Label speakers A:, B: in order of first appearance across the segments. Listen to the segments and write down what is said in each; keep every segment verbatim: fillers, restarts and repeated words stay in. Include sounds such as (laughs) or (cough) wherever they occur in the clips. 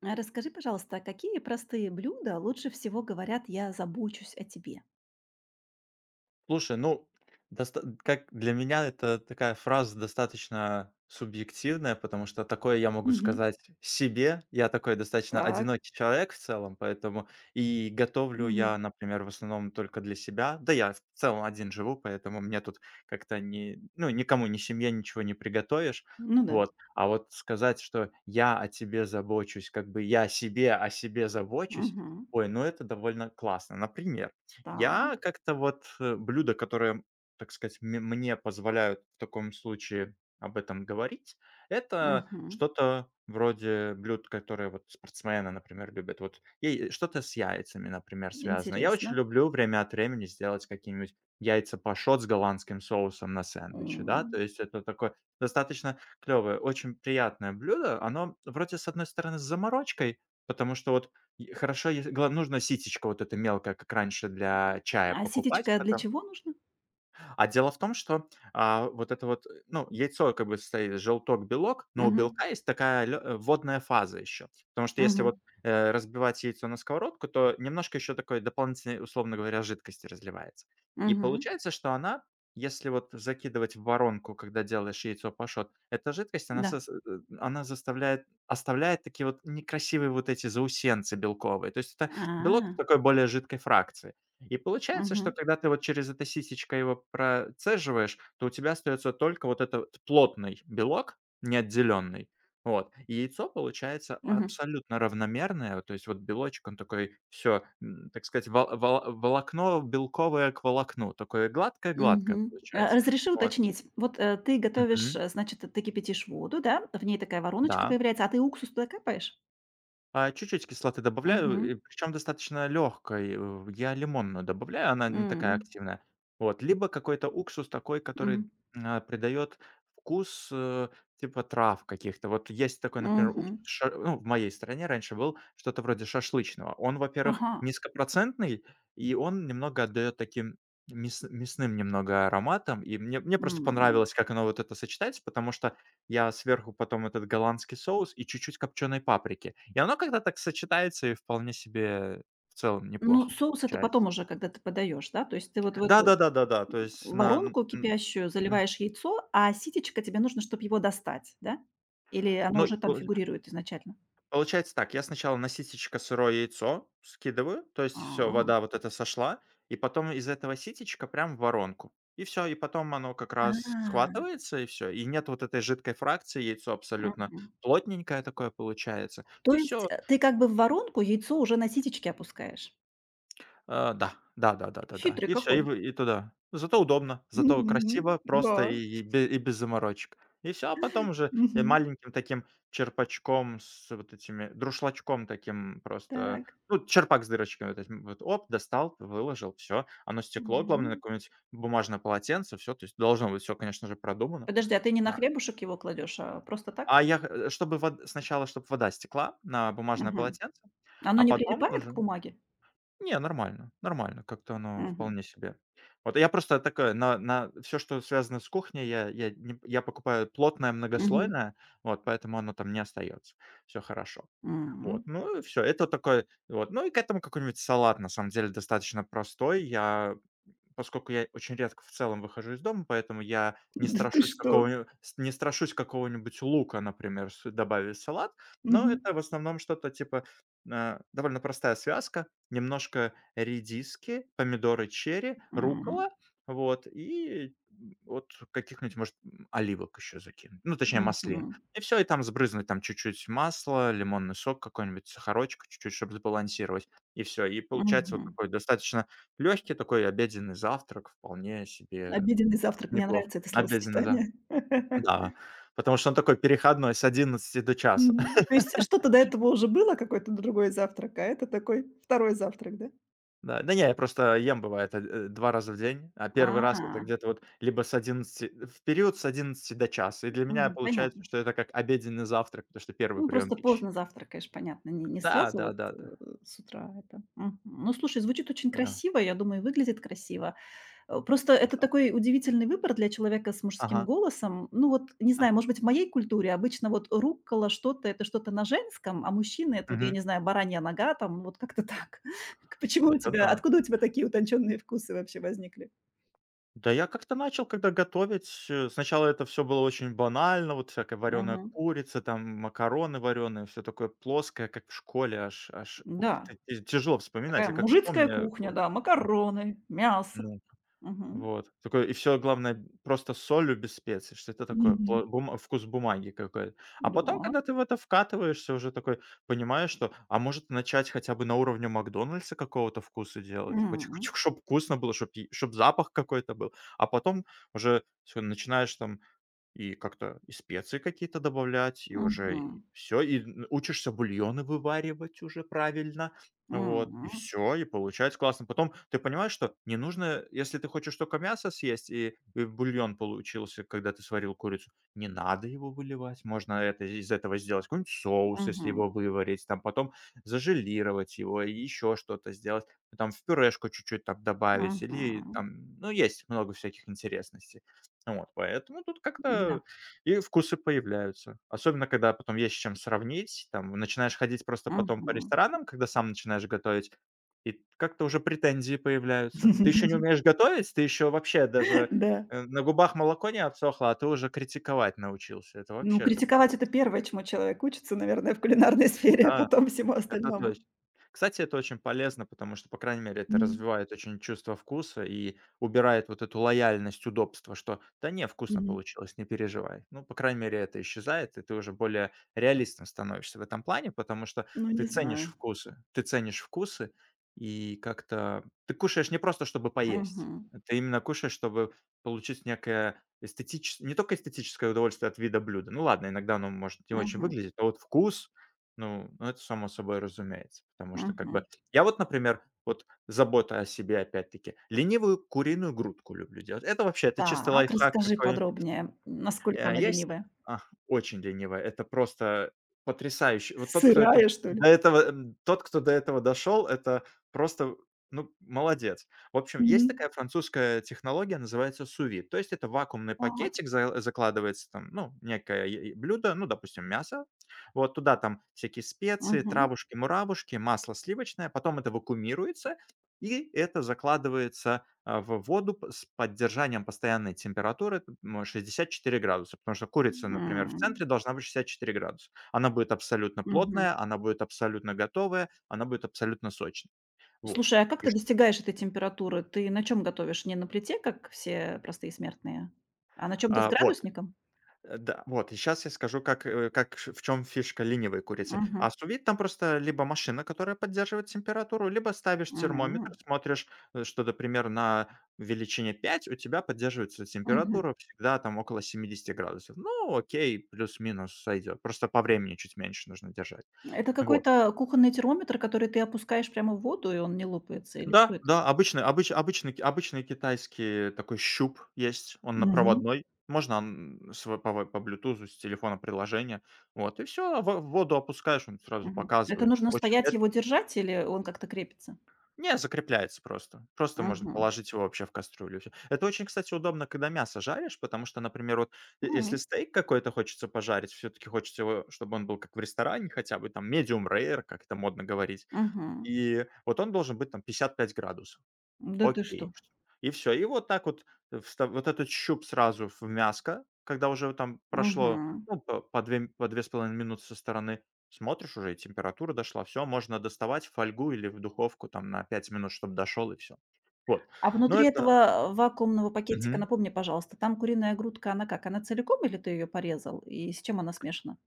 A: А расскажи, пожалуйста, а какие простые блюда лучше всего говорят «я забочусь о тебе»?
B: Слушай, ну, доста как для меня это такая фраза достаточно субъективная, потому что такое я могу
A: Мгм.
B: сказать себе. Я такой достаточно
A: Так.
B: одинокий человек в целом, поэтому и готовлю
A: Мгм.
B: я, например, в основном только для себя. Да я в целом один живу, поэтому мне тут как-то не ну, никому, ни семье ничего не приготовишь.
A: Ну да.
B: Вот. А вот сказать, что я о тебе забочусь, как бы я себе о себе забочусь,
A: Мгм.
B: ой, ну это довольно классно. Например. Я
A: Так.
B: как-то вот, э, блюда, которые, так сказать, ме мне позволяют в таком случае об этом говорить, это
A: Мгм.
B: что-то вроде блюд, которые вот спортсмены, например, любят. Вот и что-то с яйцами, например, связано. Я очень
A: Интересно.
B: люблю время от времени сделать какие-нибудь яйца пашот с голландским соусом на сэндвиче, да. То
A: М.
B: есть это такое достаточно клевое, очень приятное блюдо. Оно вроде, с одной стороны, с заморочкой, потому что вот и хорошо, если гла нужно ситечко вот это мелкое, как раньше для чая
A: А
B: покупать,
A: ситечка для
B: потом
A: чего нужна?
B: а дело в том, что, а, вот это вот, э, ну, яйцо как бы состоит из желток, белок, но у
A: Мгм.
B: белка есть такая лё э, водная фаза еще. Потому что если вот,
A: Мгм.
B: э, разбивать яйцо на сковородку, то немножко еще такой дополнительной, условно говоря, жидкости разливается. И
A: Мгм.
B: получается, что она, если вот закидывать в воронку, когда делаешь яйцо пашот, эта жидкость, она
A: Да.
B: сос э, э, она заставляет оставляет такие вот некрасивые вот эти заусенцы белковые. То есть это белок в
A: А.
B: такой более жидкой фракции. И получается, что
A: Мгм.
B: когда ты вот через это ситечко его процеживаешь, то у тебя остается только вот этот вот плотный белок, неотделенный. Вот. И яйцо получается
A: Мгм.
B: абсолютно равномерное. То есть вот белочек, он такой, все, так сказать, вол- вол- волокно белковое к волокну. Такое гладкое-гладкое
A: Мгм. А,
B: получается.
A: разреши
B: Вот.
A: уточнить. Вот, э, ты готовишь,
B: Мгм.
A: э, значит, ты кипятишь воду, да? В ней такая вороночка
B: Да.
A: появляется, а ты уксус туда капаешь?
B: А, чуть-чуть кислоты
A: Мгм.
B: добавляю, причем достаточно легкой. В я лимонную добавляю, она не такая
A: М.
B: активная. Вот, либо какой-то уксус такой, который, а, придает вкус, э, типа трав каких-то. Вот есть такой, например, уксус,
A: Мгм.
B: ша ну, в моей стране раньше был что-то вроде шашлычного. Он, во-первых,
A: Ага.
B: низкопроцентный, и он немного отдает таким мяс мясным немного ароматом. И мне мне просто
A: М.
B: понравилось, как оно вот это сочетается, потому что я сверху потом этот голландский соус и чуть-чуть копченой паприки. И оно как-то так сочетается и вполне себе в целом
A: Ну,
B: неплохо
A: соус — это потом
B: получается.
A: уже, когда ты подаешь, да? То есть ты вот в эту
B: Да-да-да-да-да, то есть на н
A: воронку
B: н
A: кипящую
B: м.
A: заливаешь яйцо, а ситечко тебе нужно, чтобы его достать, да? Или оно
B: Ну, и
A: уже там
B: полу
A: фигурирует изначально?
B: получается так, я сначала на ситечко сырое яйцо скидываю, то есть все, вода
A: А.
B: вот эта сошла, и потом из этого ситечка прям в воронку. И все, и потом оно как раз
A: А.
B: схватывается, и все, и нет вот этой жидкой фракции, яйцо абсолютно
A: Мгм.
B: плотненькое такое получается.
A: То
B: И
A: есть,
B: все.
A: э, ты как бы в воронку яйцо уже на ситечке опускаешь.
B: А, да, да-да-да-да-да.
A: Хитрый
B: И все, и
A: какой.
B: вы и туда. Зато удобно, зато
A: Мгм.
B: красиво, просто и
A: Да.
B: и бе и без заморочек. И все, а потом уже и
A: Мгм.
B: маленьким таким черпачком с вот этими друшлачком таким просто,
A: Так.
B: ну, черпак с дырочками вот этим вот, оп, достал, выложил, все, оно стекло, главное, на
A: Мгм.
B: какое-нибудь бумажное полотенце, все, то есть должно быть все, конечно же, продумано.
A: Подожди, а ты не на
B: Да.
A: хлебушек его кладешь, а просто
B: А
A: так?
B: я х э, чтобы вод сначала, чтобы вода стекла на бумажное
A: Мгм.
B: полотенце,
A: Оно
B: а
A: не
B: потом
A: прилипает к
B: уже
A: бумаге?
B: не, нормально, нормально, как-то оно
A: Мгм.
B: вполне себе. Вот я просто такое на на все, что связано с кухней, я я не я покупаю плотное,
A: Мгм.
B: многослойное, вот, поэтому оно там не остается. Все хорошо. Вот,
A: М.
B: ну и всё, это такой вот. Ну и к этому какой-нибудь салат, на самом деле, достаточно простой. Я Поскольку я очень редко в целом выхожу из дома, поэтому я не
A: Да ты
B: страшусь
A: что?
B: какого-нибудь не страшусь какого-нибудь лука, например, с добавить в салат. Но
A: Мгм.
B: это в основном что-то типа, э, довольно простая связка: немножко редиски, помидоры черри,
A: М.
B: рукола, вот, и, вот каких-нибудь, может, м, оливок еще закинуть, ну, точнее, маслин.
A: Мгм.
B: И все и там сбрызнуть там чуть-чуть масла, лимонный сок какой-нибудь, сахарочка чуть-чуть, чтобы сбалансировать, и все и получается вот
A: Мгм.
B: такой достаточно легкий такой обеденный завтрак, вполне себе
A: Обеденный завтрак. Мне
B: неплох.
A: нравится это
B: Обеденный, да.
A: словосочетание.
B: Да,
A: (laughs)
B: потому что он такой переходной с одиннадцати до часа.
A: Мгм.
B: (laughs)
A: То есть что-то до этого уже было, какой-то другой завтрак, а это такой второй завтрак, да?
B: Да, да не, я просто ем, бывает, э, 2 раза в день, а первый раз это
A: А,
B: где-то вот либо с одиннадцати э, в период с одиннадцати до часа. И для меня
A: мгм,
B: получается,
A: понятно.
B: что это как обеденный завтрак, потому что первый
A: Ну,
B: прием
A: просто
B: пищи.
A: поздно завтракаешь, понятно, не не
B: Да,
A: сразу вот, э,
B: да-да-да.
A: с утра это. Мгм. Ну, слушай, звучит очень
B: Да,
A: красиво, я думаю, и выглядит красиво. Э, просто
B: да. Да,
A: это
B: да.
A: такой удивительный выбор для человека с мужским
B: Ага.
A: голосом. Ну вот, не
B: А.
A: знаю, может быть, в моей культуре обычно вот руккола что-то — это что-то на женском, а мужчины — это вот, я
B: Мгм.
A: не знаю, баранья нога там, вот как-то так. (laughs) Почему у
B: Это
A: тебя,
B: да.
A: откуда у тебя такие утонченные вкусы вообще возникли?
B: Да, я как-то начал, когда готовить, э, сначала это все было очень банально, вот всякая вареная
A: Мгм.
B: курица, там макароны вареные, все такое плоское, как в школе, аж аж, ух,
A: Да,
B: т т тяжело вспоминать.
A: такая
B: Я как
A: мужицкая
B: вспомню,
A: кухня,
B: э,
A: да, макароны, мясо.
B: ну
A: Мгм.
B: вот. Такое и все главное, просто с солью, без специй. Что это такое?
A: Мгм.
B: По бума Вкус бумаги какой-то. А потом,
A: Да.
B: когда ты в это вкатываешься, уже такой понимаешь, что, а может, начать хотя бы на уровне "Макдональдса" какого-то вкуса делать? Хоть
A: М.
B: чтобы вкусно было, чтобы чтобы запах какой-то был. А потом уже всё, начинаешь там и как-то и специи какие-то добавлять, и уже
A: Мгм.
B: и все, и н учишься бульоны вываривать уже правильно. Вот, и
A: Мгм.
B: все, и получается классно. Потом ты понимаешь, что не нужно, если ты хочешь только мясо съесть, и и бульон получился, когда ты сварил курицу, не надо его выливать. Можно это из этого сделать какой-нибудь соус, если
A: Мгм.
B: его выварить, там потом зажелировать его, и еще что-то сделать, там в пюрешку чуть-чуть там добавить или
A: Мгм.
B: там, ну, есть много всяких интересностей. Вот, поэтому тут
A: Да.
B: как-то и вкусы появляются. Особенно, когда потом есть с чем сравнить. Там начинаешь ходить просто потом по
A: Мгм.
B: ресторанам, когда сам начинаешь готовить, и как-то уже претензии появляются. Ты еще не
A: (laughs)
B: умеешь готовить, ты еще вообще даже,
A: Да.
B: э, на губах молоко не отсохло, а ты уже критиковать научился. Это
A: Ну,
B: вообще такое,
A: критиковать — это первое, чему человек учится, наверное, в кулинарной (laughs) сфере, а
B: да.
A: потом всему
B: Это
A: остальному.
B: точно. Кстати, это очень полезно, потому что, по крайней мере, это
A: Мгм,
B: развивает очень чувство вкуса и убирает вот эту лояльность удобства, что да не, вкусно
A: мгм.
B: получилось, не переживай. Ну, по крайней мере, это исчезает, и ты уже более реалистом становишься в этом плане, потому что
A: Ну,
B: ты
A: не
B: ценишь
A: знаю.
B: вкусы, ты ценишь вкусы, и как-то ты кушаешь не просто, чтобы поесть,
A: Мгм,
B: ты именно кушаешь, чтобы получить некое эстетическое, не только эстетическое удовольствие от вида блюда. Ну ладно, иногда оно может не очень
A: мгм,
B: выглядеть, но вот вкус ну, ну, это само собой разумеется, потому что как бы
A: мгм.
B: я вот, например, вот забота о себе опять-таки, ленивую куриную грудку люблю делать. Это вообще, это чистый
A: Так,
B: лайфхак
A: расскажи
B: какой.
A: подробнее, насколько
B: Э,
A: она
B: я с
A: ленивая?
B: а, Очень ленивая. Это просто потрясающе. Вот тот, кто это
A: Сырая, что ли?
B: до этого, м, тот, кто до этого дошел, это просто, ну, молодец. В общем, есть
A: Мгм.
B: такая французская технология, называется сous. То есть это вакуумный
A: Так.
B: пакетик, за закладывается там, ну, некое е е блюдо, ну, допустим, мясо. Вот туда там всякие специи,
A: Мгм.
B: травушки-муравушки, масло сливочное. Потом это вакуумируется, и это закладывается а, в воду п с поддержанием постоянной температуры т м, 64 градуса, потому что курица, например, в
A: М.
B: центре должна быть шестьдесят четыре градуса. Она будет абсолютно
A: Мгм.
B: плотная, она будет абсолютно готовая, она будет абсолютно сочная. Вот.
A: Слушай, а как
B: И
A: ты
B: ш
A: достигаешь этой температуры? Ты на чем готовишь? Не на плите, как все простые смертные, а на чем? То с
B: а, вот.
A: градусником?
B: Э, да, вот, и сейчас я скажу, как, э, как ш в чем фишка ленивой курицы. А
A: Мгм.
B: сувид там просто либо машина, которая поддерживает температуру, либо ставишь термометр,
A: М.
B: смотришь, э, что, например, на величине пять у тебя поддерживается
A: Мгм.
B: температура всегда там около 70 градусов. Ну, окей, плюс-минус сойдёт. Просто по времени чуть меньше нужно держать.
A: Это
B: Вот.
A: какой-то кухонный термометр, который ты опускаешь прямо в воду, и он не лопается, или что
B: Да,
A: это?
B: да, обычный обыч обычный ки- обычный китайский такой щуп есть, он на
A: Мгм.
B: проводной. Можно, он сво по по "Блютузу" с телефона приложение. Вот и все, в в воду опускаешь, он сразу
A: Мгм. Это
B: показывает.
A: нужно
B: Очень,
A: стоять
B: эт
A: его держать, или он как-то крепится?
B: Не, закрепляется просто. Просто можно
A: Мгм.
B: положить его вообще в кастрюлю и всё. Это очень, кстати, удобно, когда мясо жаришь, потому что, например, вот е если
A: М.
B: стейк какой-то хочется пожарить, все таки хочется его, чтобы он был как в ресторане хотя бы, там medium rare, как это модно говорить.
A: Мгм.
B: И вот он должен быть там 55 градусов.
A: Да ты что?
B: Окей. И все, и вот так вот э, вста вот этот щуп сразу в мяско, когда уже там прошло,
A: Мгм.
B: ну, по по две по две с половиной минуты со стороны. Смотришь уже, и температура дошла, все, можно доставать в фольгу или в духовку там на пять минут, чтобы дошел, и все. Вот.
A: А
B: Но
A: внутри
B: это
A: этого вакуумного пакетика,
B: Мгм.
A: напомни, пожалуйста, там куриная грудка, она как? Она целиком или ты ее порезал? И с чем она смешана?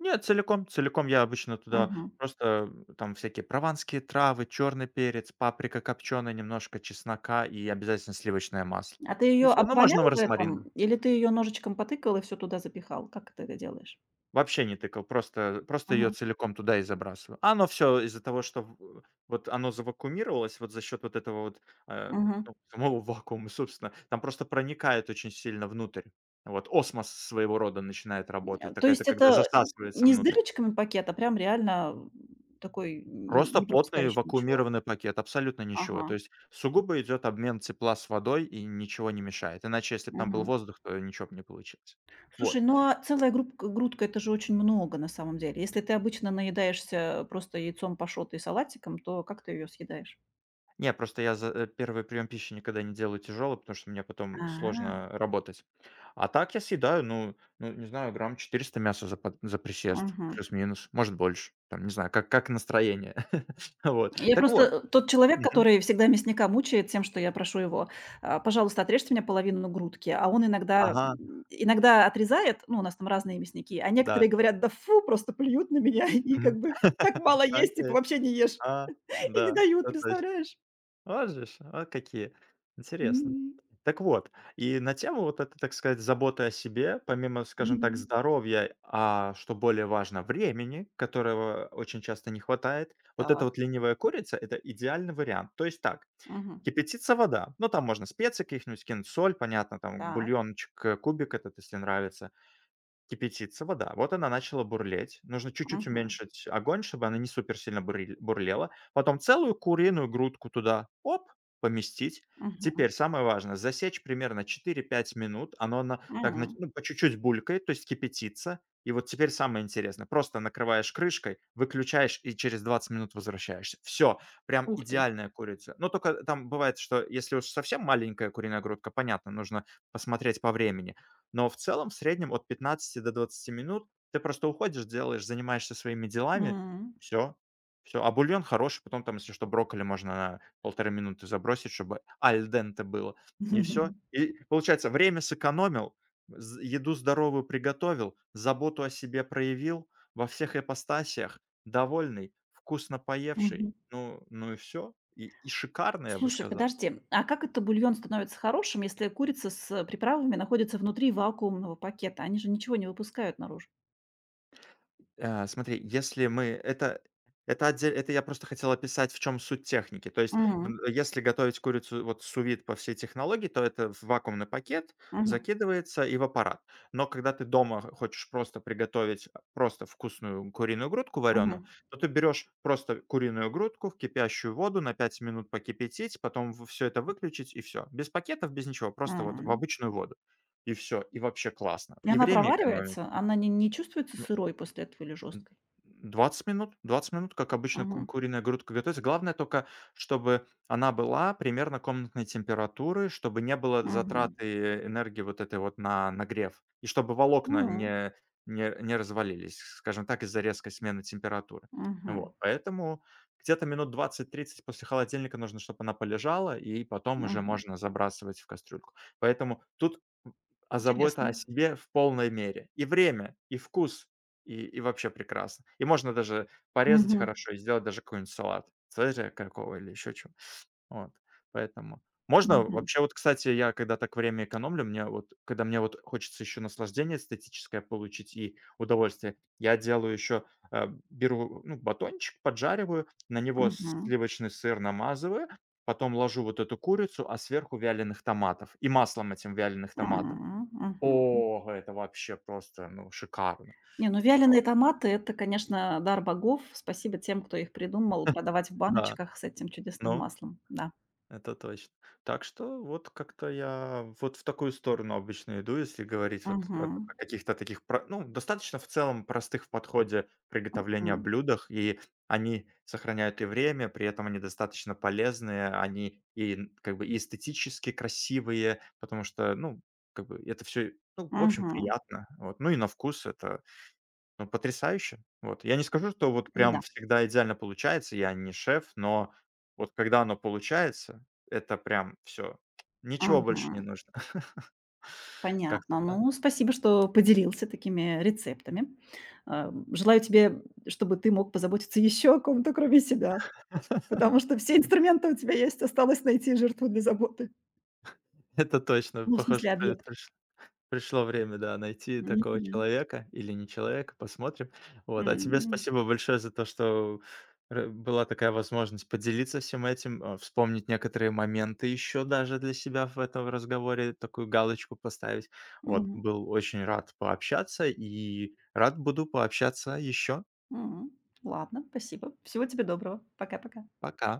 B: Нет, целиком, целиком я обычно туда
A: Мгм.
B: просто м, там всякие прованские травы, черный перец, паприка копченая, немножко чеснока и обязательно сливочное масло.
A: А ты
B: И
A: ее
B: все, ну, можно
A: обвалял в этом,
B: розмарина.
A: или ты ее ножичком потыкал и все туда запихал? Как ты это делаешь?
B: Вообще не тыкал, просто просто ее
A: Мгм.
B: целиком туда и забрасываю. А оно все из-за того, что в э, вот оно завакуумировалось вот за счет вот этого вот, э,
A: Мгм.
B: ну, самого вакуума, собственно, там просто проникает очень сильно внутрь. Вот осмос своего рода начинает работать.
A: Э, то
B: Так это
A: есть
B: когда
A: это н
B: засасывается
A: не с
B: внутрь.
A: дырочками пакет, а прям реально, м, такой н
B: Просто
A: не
B: плотный
A: пропускающий ничего.
B: вакуумированный пакет, абсолютно ничего.
A: Ага,
B: То есть сугубо идет обмен тепла с водой и ничего не мешает. Иначе, если б там был
A: мгм.
B: воздух, то ничего бы не получилось.
A: Слушай,
B: Вот.
A: ну, а целая грубка грудка — это же очень много на самом деле. Если ты обычно наедаешься просто яйцом пашотой и салатиком, то как ты ее съедаешь?
B: Не, просто я за э, первый прием пищи никогда не делаю тяжелый, потому что мне потом
A: А,
B: сложно работать. А так я съедаю, ну ну, не знаю, грамм четыреста мяса за под за присест,
A: мгм.
B: плюс-минус, может, больше. Там, не знаю, как как настроение. (laughs) Вот.
A: Я
B: Так
A: просто,
B: вот.
A: э, тот человек,
B: Мгм.
A: который всегда мясника мучает тем, что я прошу его: «А, пожалуйста, отрежьте мне половину грудки». А он иногда
B: Ага,
A: м, иногда отрезает, ну, у нас там разные мясники, а
B: да.
A: некоторые говорят: «Да фу!» Просто плюют на меня (laughs) и
B: Мгм.
A: как бы: «Так
B: (laughs)
A: мало есть, типа,
B: Окей.
A: вообще не ешь».
B: А,
A: (laughs) И не
B: да,
A: дают,
B: это точ.
A: представляешь?
B: Вот же ж, вот какие. Интересно.
A: Мгм.
B: Так вот, и на тему вот этой, так сказать, заботы о себе, помимо, скажем так,
A: Мгм.
B: здоровья, а что более важно, времени, которого очень часто не хватает, вот эта
A: Так.
B: вот ленивая курица- это идеальный вариант. То есть так,
A: Мгм.
B: кипятится вода, ну, там можно специи каких-нибудь кинуть, соль, понятно, там
A: Так.
B: бульончик, э, кубик этот, если нравится. Кипятится вода. Вот она начала бурлеть. Нужно чуть-чуть
A: Мгм.
B: уменьшить огонь, чтобы она не супер сильно буриль бурлела. Потом целую куриную грудку туда, оп, поместить.
A: Мгм.
B: Теперь самое важное- засечь примерно четыре-пять минут. Оно на так на
A: М.
B: ну, по чуть-чуть булькает, то есть кипятится. И вот теперь самое интересное. Просто накрываешь крышкой, выключаешь и через двадцать минут возвращаешься. Все, прям
A: Ух ты.
B: идеальная курица. Но только там бывает, что если уж совсем маленькая куриная грудка, понятно, нужно посмотреть по времени. Но в целом, в среднем, от пятнадцати до двадцати минут ты просто уходишь, делаешь, занимаешься своими делами.
A: М.
B: Все, все. А бульон хороший. Потом там, если что, брокколи можно на полторы минуты забросить, чтобы аль денте было. И все.
A: (laughs)
B: И получается, время сэкономил, з еду здоровую приготовил, заботу о себе проявил во всех ипостасях, довольный, вкусно поевший.
A: Мгм.
B: Ну ну и все. И и шикарно, я бы
A: Слушай,
B: сказал.
A: подожди, а как это бульон становится хорошим, если курица с приправами находится внутри вакуумного пакета? Они же ничего не выпускают наружу.
B: Э, смотри, если мы это это отдель это я просто хотел описать, в чем суть техники. То есть,
A: М,
B: м, если готовить курицу вот сous по всей технологии, то это в вакуумный пакет
A: мгм,
B: закидывается и в аппарат. Но когда ты дома хочешь просто приготовить, а, просто вкусную куриную грудку варёную,
A: мгм,
B: то ты берешь просто куриную грудку в кипящую воду, на пять минут покипятить, потом все это выключить и все. Без пакетов, без ничего, просто вот в
A: м.
B: обычную воду. И все. И вообще классно.
A: И
B: И
A: она
B: время экономится.
A: проваривается? Она не не чувствуется сырой после этого или
B: М,
A: жесткой?
B: двадцать минут двадцать минут, как обычно, ку
A: Мгм,
B: куриная грудка готовится. Главное только, чтобы она была примерно комнатной температуры, чтобы не было
A: мгм,
B: затраты энергии вот этой вот на нагрев, и чтобы волокна
A: м,
B: не не не развалились, скажем так, из-за резкой смены температуры.
A: мгм,
B: Вот, поэтому где-то минут двадцать-тридцать после холодильника нужно, чтобы она полежала, и потом уже
A: мгм.
B: можно забрасывать в кастрюльку. Поэтому тут, м, а, забота о
A: Интересно.
B: себе в полной мере. И время, и вкус, и и вообще прекрасно. И можно даже порезать
A: Мгм,
B: хорошо и сделать даже какой-нибудь салат. Цезаря какого или еще чего. Вот, поэтому можно
A: мгм,
B: вообще вот, кстати, я когда так время экономлю, мне вот когда мне вот хочется еще наслаждение эстетическое получить и удовольствие, я делаю еще, э, беру, ну, батончик, поджариваю, на него
A: мгм,
B: сливочный сыр намазываю, потом ложу вот эту курицу, а сверху вяленых томатов и маслом этим вяленых томатов.
A: м, мгм.
B: О, это вообще просто, ну, шикарно.
A: Не, ну вяленые
B: Вот,
A: томаты — это, конечно, дар богов. Спасибо тем, кто их придумал продавать в
B: да.
A: баночках с этим чудесным
B: Ну,
A: маслом. Да.
B: это точно. Так что вот как-то я вот в такую сторону обычно иду, если говорить вот о
A: Мгм,
B: о каких-то таких, про- ну, достаточно в целом простых в подходе приготовления
A: мгм,
B: блюдах, и они сохраняют и время, при этом они достаточно полезные, они и н- как бы и эстетически красивые, потому что, ну, как бы это все, ну, в общем,
A: мгм.
B: приятно. Вот. Ну и на вкус это ну, потрясающе. Вот. Я не скажу, что вот прям
A: Да,
B: всегда идеально получается, я не шеф, но вот когда оно получается, это прям все. Ничего больше не
A: мгм.
B: нужно. (laughs) Как-то
A: Понятно.
B: так.
A: Ну, спасибо, что поделился такими рецептами. А, желаю тебе, чтобы ты мог позаботиться еще о ком-то, кроме себя, потому что все инструменты у тебя есть, осталось найти жертву для заботы.
B: Это точно.
A: Ну, в
B: Похоже,
A: смысле, объект.
B: (laughs) пришло время, да, найти такого
A: Мгм.
B: человека или не человека, посмотрим. Вот, а тебе
A: М,
B: спасибо большое за то, что р была такая возможность поделиться всем этим, э, вспомнить некоторые моменты еще даже для себя в этом разговоре, такую галочку поставить. Вот,
A: мгм,
B: был очень рад пообщаться и рад буду пообщаться еще.
A: мгм. Ладно, спасибо. Всего тебе доброго. Пока-пока.
B: Пока.